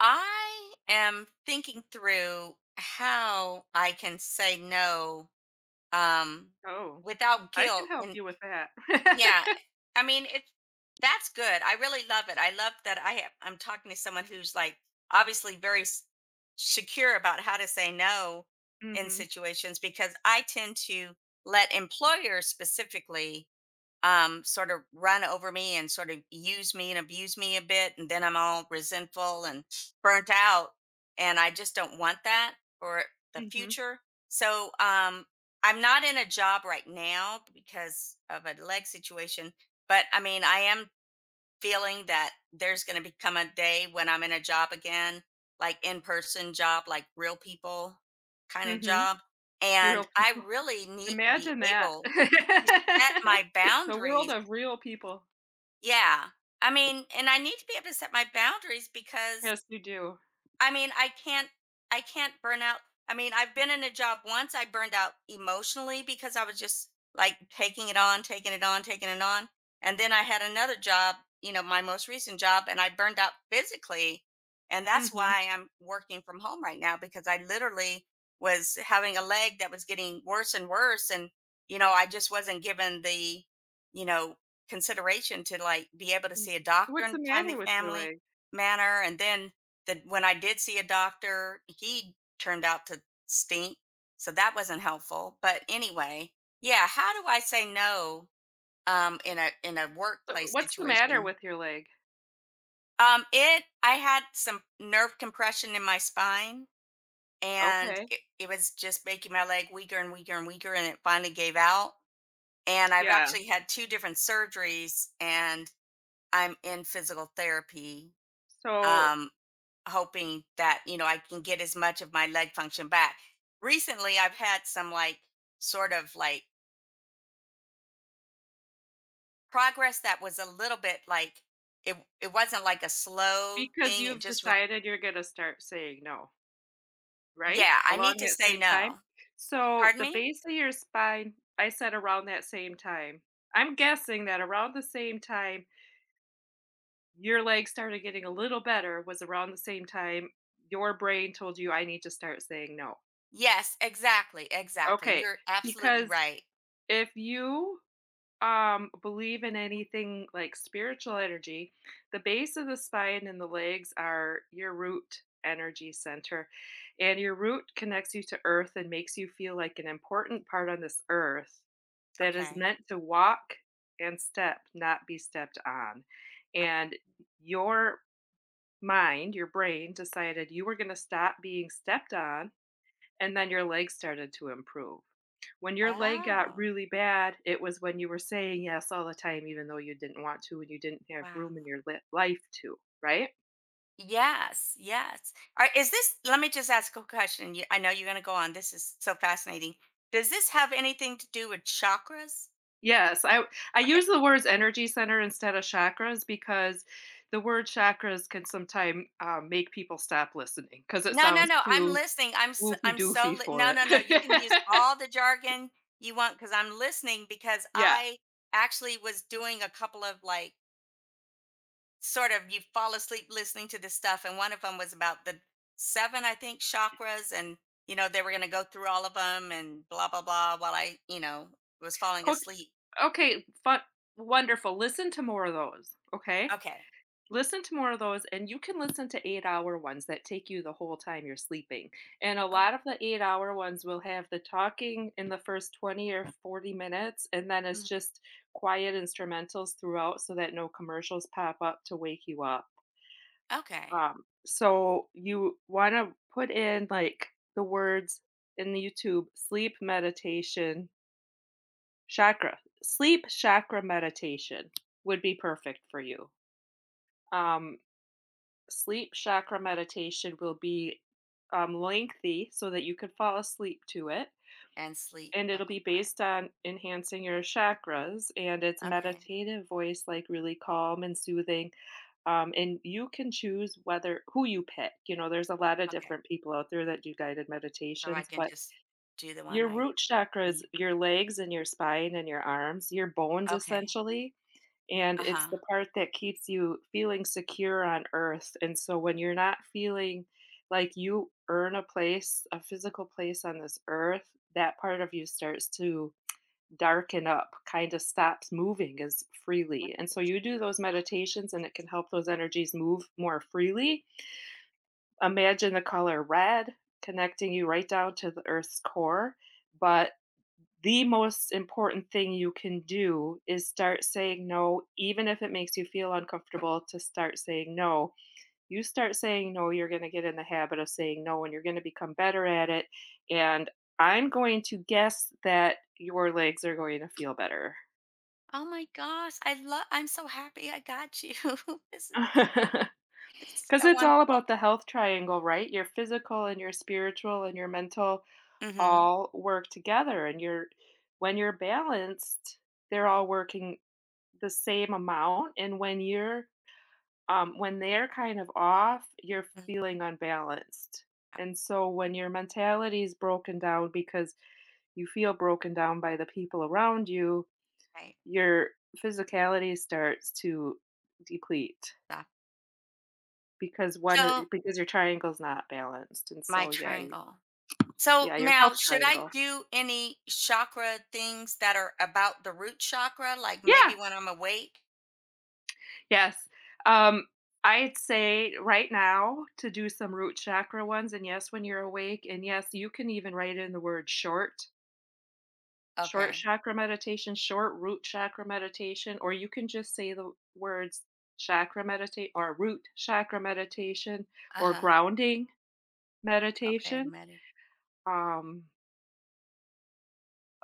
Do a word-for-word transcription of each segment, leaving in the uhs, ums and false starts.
I am thinking through how I can say no um Oh, without I can guilt help and you with that. yeah, I mean it, that's good. I really love it. I love that I have, I'm talking to someone who's like obviously very s- secure about how to say no in Mhm, situations because I tend to let employers specifically, um, sort of run over me and sort of use me and abuse me a bit. And then I'm all resentful and burnt out. And I just don't want that for the mhm, future. So um, I'm not in a job right now because of a leg situation. But I mean, I am feeling that there's going to become a day when I'm in a job again, like in person job, like real people kind of mhm. job. And Real I people. really need to be Imagine that. able to set my The world boundaries, of real people. yeah. I mean, and I need to be able to set my boundaries because, Yes, you do. I mean, I can't I can't burn out. I mean, I've been in a job once I burned out emotionally because I was just like taking it on, taking it on, taking it on. And then I had another job, you know, my most recent job, and I burned out physically. And that's Mhm, why I'm working from home right now because I literally was having a leg that was getting worse and worse. And, you know, I just wasn't given the, you know, consideration to like be able to mhm. see a doctor What's in the a matter timely with your family leg? manner. And then that when I did see a doctor, he turned out to stink. So that wasn't helpful. But anyway, yeah, how do I say no um in a in a So, workplace what's the matter situation? with your leg? Um it, I had some nerve compression in my spine and Okay. it, it was just making my leg weaker and weaker and weaker and it finally gave out. And I've Yeah. actually had two different surgeries and I'm in physical therapy, So, um, hoping that you know I can get as much of my leg function back. Recently, I've had some like sort of like progress that was a little bit like it. It wasn't like a slow because thing. It you've just was. decided you're gonna start saying no, right? Yeah, I need Along to that say same time? no. So, Pardon the me. base of your spine, I said around that same time. I'm guessing that around the same time your leg started getting a little better was around the same time your brain told you I need to start saying no. Yes, exactly, exactly. Okay, You're absolutely because right. if you um believe in anything like spiritual energy, the base of the spine and the legs are your root energy center, and your root connects you to earth and makes you feel like an important part on this earth that is Okay. meant to walk and step, not be stepped on. Uh, And your mind, your brain decided you were going to stop being stepped on, and then your leg started to improve. When your leg got Oh, really bad, it was when you were saying yes all the time even though you didn't want to and you didn't have wow. room in your li- life to, right? Yes, yes. All right. Is this, let me just ask a question. You, I know you're going to go on. This is so fascinating. Does this have anything to do with chakras? Yes, I I Okay. use the words energy center instead of chakras because the word chakras can sometimes um, make people stop listening because it No, no, sounds no. I'm too listening. I'm s woofy I'm so doofy li- for No, it. no, no. You can use all the jargon you want cuz I'm listening because I actually was doing a couple of like sort of you fall asleep listening to this stuff and one of them was about the seven I think chakras and you know they were going to go through all of them and blah blah blah while I, you know, was falling Yeah, asleep. okay, fun, wonderful. Listen to more of those, okay? Okay. Listen to more of those, and you can listen to eight-hour ones that take you the whole time you're sleeping, and a Oh, lot of the eight-hour ones will have the talking in the first twenty or forty minutes, and then it's mm, just quiet instrumentals throughout so that no commercials pop up to wake you up. okay. Um, so you wanna put in, like, the words in the YouTube, "sleep meditation." Chakra. Sleep chakra meditation would be perfect for you. Um, Sleep chakra meditation will be um, lengthy so that you can fall asleep to it. And sleep And the it'll whole be time. based on enhancing your chakras. And it's Okay. meditative voice, like really calm and soothing. Um, and you can choose whether who you pick. You know, there's a lot of Okay. different people out there that do guided So I meditations, can but just do the one your I root chakras, need. your legs and your spine and your arms, your bones Okay. essentially, and it's Uh-huh. the part that keeps you feeling secure on earth. And so when you're not feeling like you earn a place, a physical place on this earth, that part of you starts to darken up, kind of stops moving as freely. And so you do those meditations and it can help those energies move more freely. Imagine the color red connecting you right down to the earth's core, but the most important thing you can do is start saying no, even if it makes you feel uncomfortable to start saying no. You start saying no, you're going to get in the habit of saying no and you're going to become better at it. And I'm going to guess that your legs are going to feel better. Oh my gosh. I love, I'm so happy I got you. This is this is Because so it's all wonderful. about the health triangle, right? Your physical and your spiritual and your mental Mm-hmm. all work together. And you're, when you're balanced, they're all working the same amount, and when you're um when they're kind of off, you're Mm-hmm. feeling unbalanced. And so when your mentality is broken down because you feel broken down by the people around you, Okay. your physicality starts to deplete So, because one, so because your triangle's not balanced. And my so yeah, you, triangle. So yeah, your now health should I triangle. do any chakra things that are about the root chakra? Like maybe Yeah. when I'm awake? Yes. Um, I'd say right now to do some root chakra ones, and yes, when you're awake, and yes, you can even write in the word short, short Okay. chakra meditation, short root chakra meditation, or you can just say the words chakra meditate or root chakra meditation or Uh-huh. grounding Okay. meditation. Medi- Um,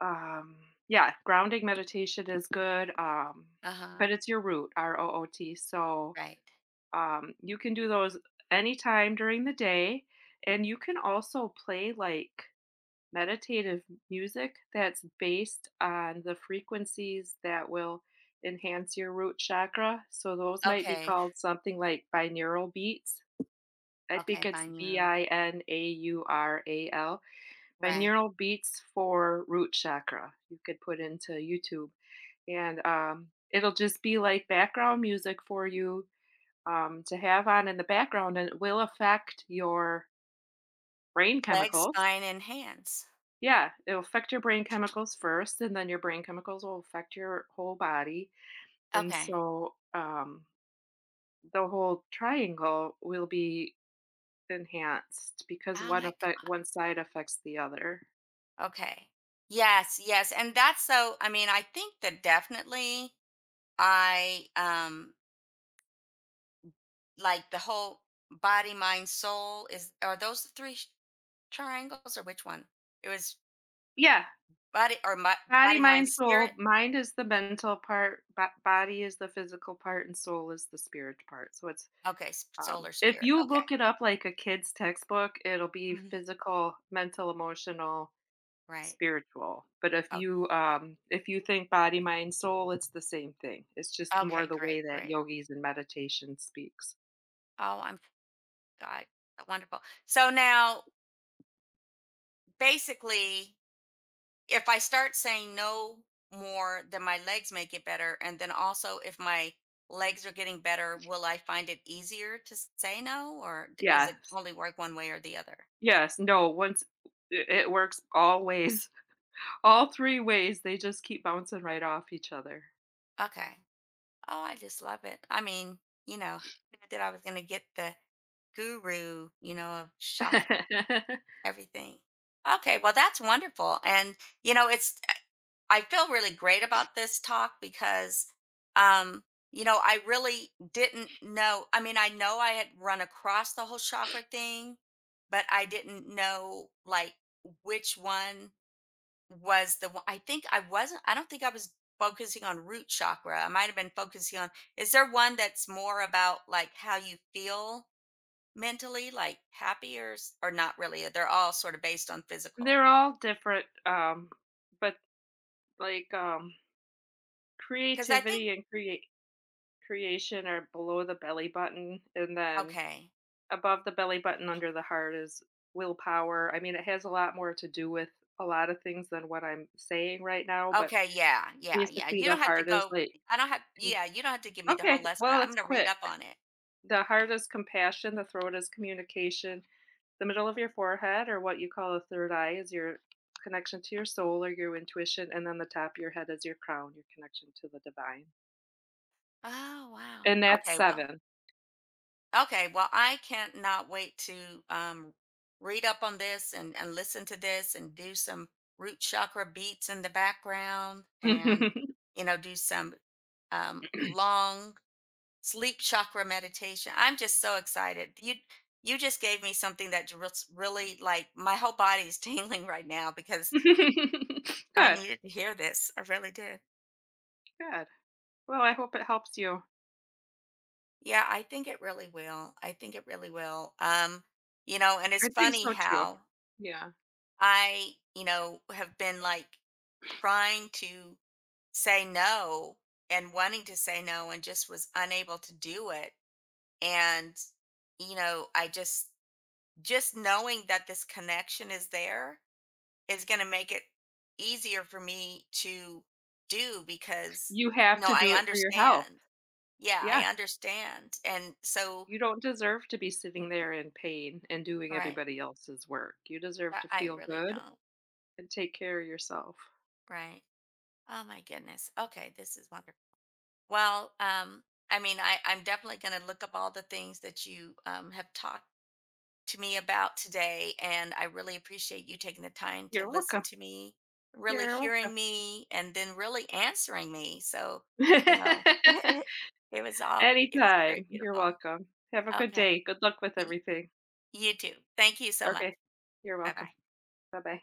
um, yeah, grounding meditation is good. Um, uh-huh. But it's your root, R O O T. So Right. Um, you can do those anytime during the day, and you can also play like meditative music that's based on the frequencies that will enhance your root chakra. So those might be Okay, called something like binaural beats. I think okay, it's B binaural, I N A U R A L, right. binaural beats for root chakra. You could put into YouTube, and um, it'll just be like background music for you um, to have on in the background, and it will affect your brain Legs, chemicals. spine, and hands. Yeah, it'll affect your brain chemicals first, and then your brain chemicals will affect your whole body. And Okay. so um, the whole triangle will be enhanced because Oh one my affect god. one side affects the other. Okay. Yes, yes, and that's so I mean, I think that definitely I um like the whole body, mind, soul is, are those the three sh- triangles or which one? It was Yeah, body or my, body, body, mind, mind, spirit. soul. Mind is the mental part, bo- body is the physical part, and soul is the spirit part. So it's Okay, s- soul Um, or If spirit. you Okay. look it up like a kid's textbook, it'll be Mhm. physical, mental, emotional, Right. spiritual. But if Okay. you um, if you think body, mind, soul, it's the same thing. It's just more Okay. the way Great. that Great. yogis and meditation speaks. Oh, I'm God. Wonderful. So now, basically, if I start saying no more, then my legs may get better. And then also, if my legs are getting better, will I find it easier to s- say no, or d- is it Yes, only work one way or the other? yes, no. Once it it works all ways. All three ways, they just keep bouncing right off each other. Okay. Oh, I just love it. I mean, you know, who knew that I was going to get the guru, you know, of chocolate, everything. Okay. Well, that's wonderful. And, you know, it's I feel really great about this talk because, um, you know, I really didn't know. I mean, I know I had run across the whole chakra thing, but I didn't know like which one was the one. I think I wasn't, I don't think I was focusing on root chakra. I might have been focusing on, is there one that's more about like how you feel mentally, like happy or, s- or not really? They're all sort of based on physical. They're all different, um, but, like, um, Cause I think, creativity and create creation are below the belly button, and then okay. above the belly button under the heart is willpower. I mean, it has a lot more to do with a lot of things than what I'm saying right now, but Okay, yeah, yeah, yeah. basically You the don't have to heart is go, like, I don't have com- yeah, you don't have to give me the whole "Okay, lesson. well, I'm it's gonna read quick." up on it. The heart is compassion, the throat is communication. The middle of your forehead, or what you call a third eye, is your connection to your soul or your intuition, and then the top of your head is your crown, your connection to the divine. Oh, wow. And that's Okay, well, seven. okay, well, I cannot wait to um read up on this and and listen to this and do some root chakra beats in the background and you know, do some um long sleep chakra meditation. I'm just so excited. You you just gave me something that just really like my whole body is tingling right now because I Good, needed to hear this. I really did. good. Well, I hope it helps you. Yeah, I think it really will. I think it really will. Um, you know, and it's I think funny so too. how Yeah. I, you know, have been like trying to say no and wanting to say no and just was unable to do it. And, you know, I just, just knowing that this connection is there is going to make it easier for me to do because, You you have know, to I do it for your health. understand. Yeah, I Yeah. understand. And so, You don't deserve to be sitting there in pain and doing right. everybody else's work. You deserve I to I feel really good don't. and take care of yourself. Right. Oh my goodness. Okay, this is wonderful. Well, um, I mean, I, I'm definitely going to look up all the things that you um, have talked to me about today, and I really appreciate you taking the time to You're listen welcome. to me, really You're hearing me, and then really answering me. So, welcome. you know, it was all it was very Anytime. You're beautiful. welcome. Have a good Okay, day. Good luck with you, everything. you too. Thank you so much. Okay. You're Bye welcome. bye. Bye-bye.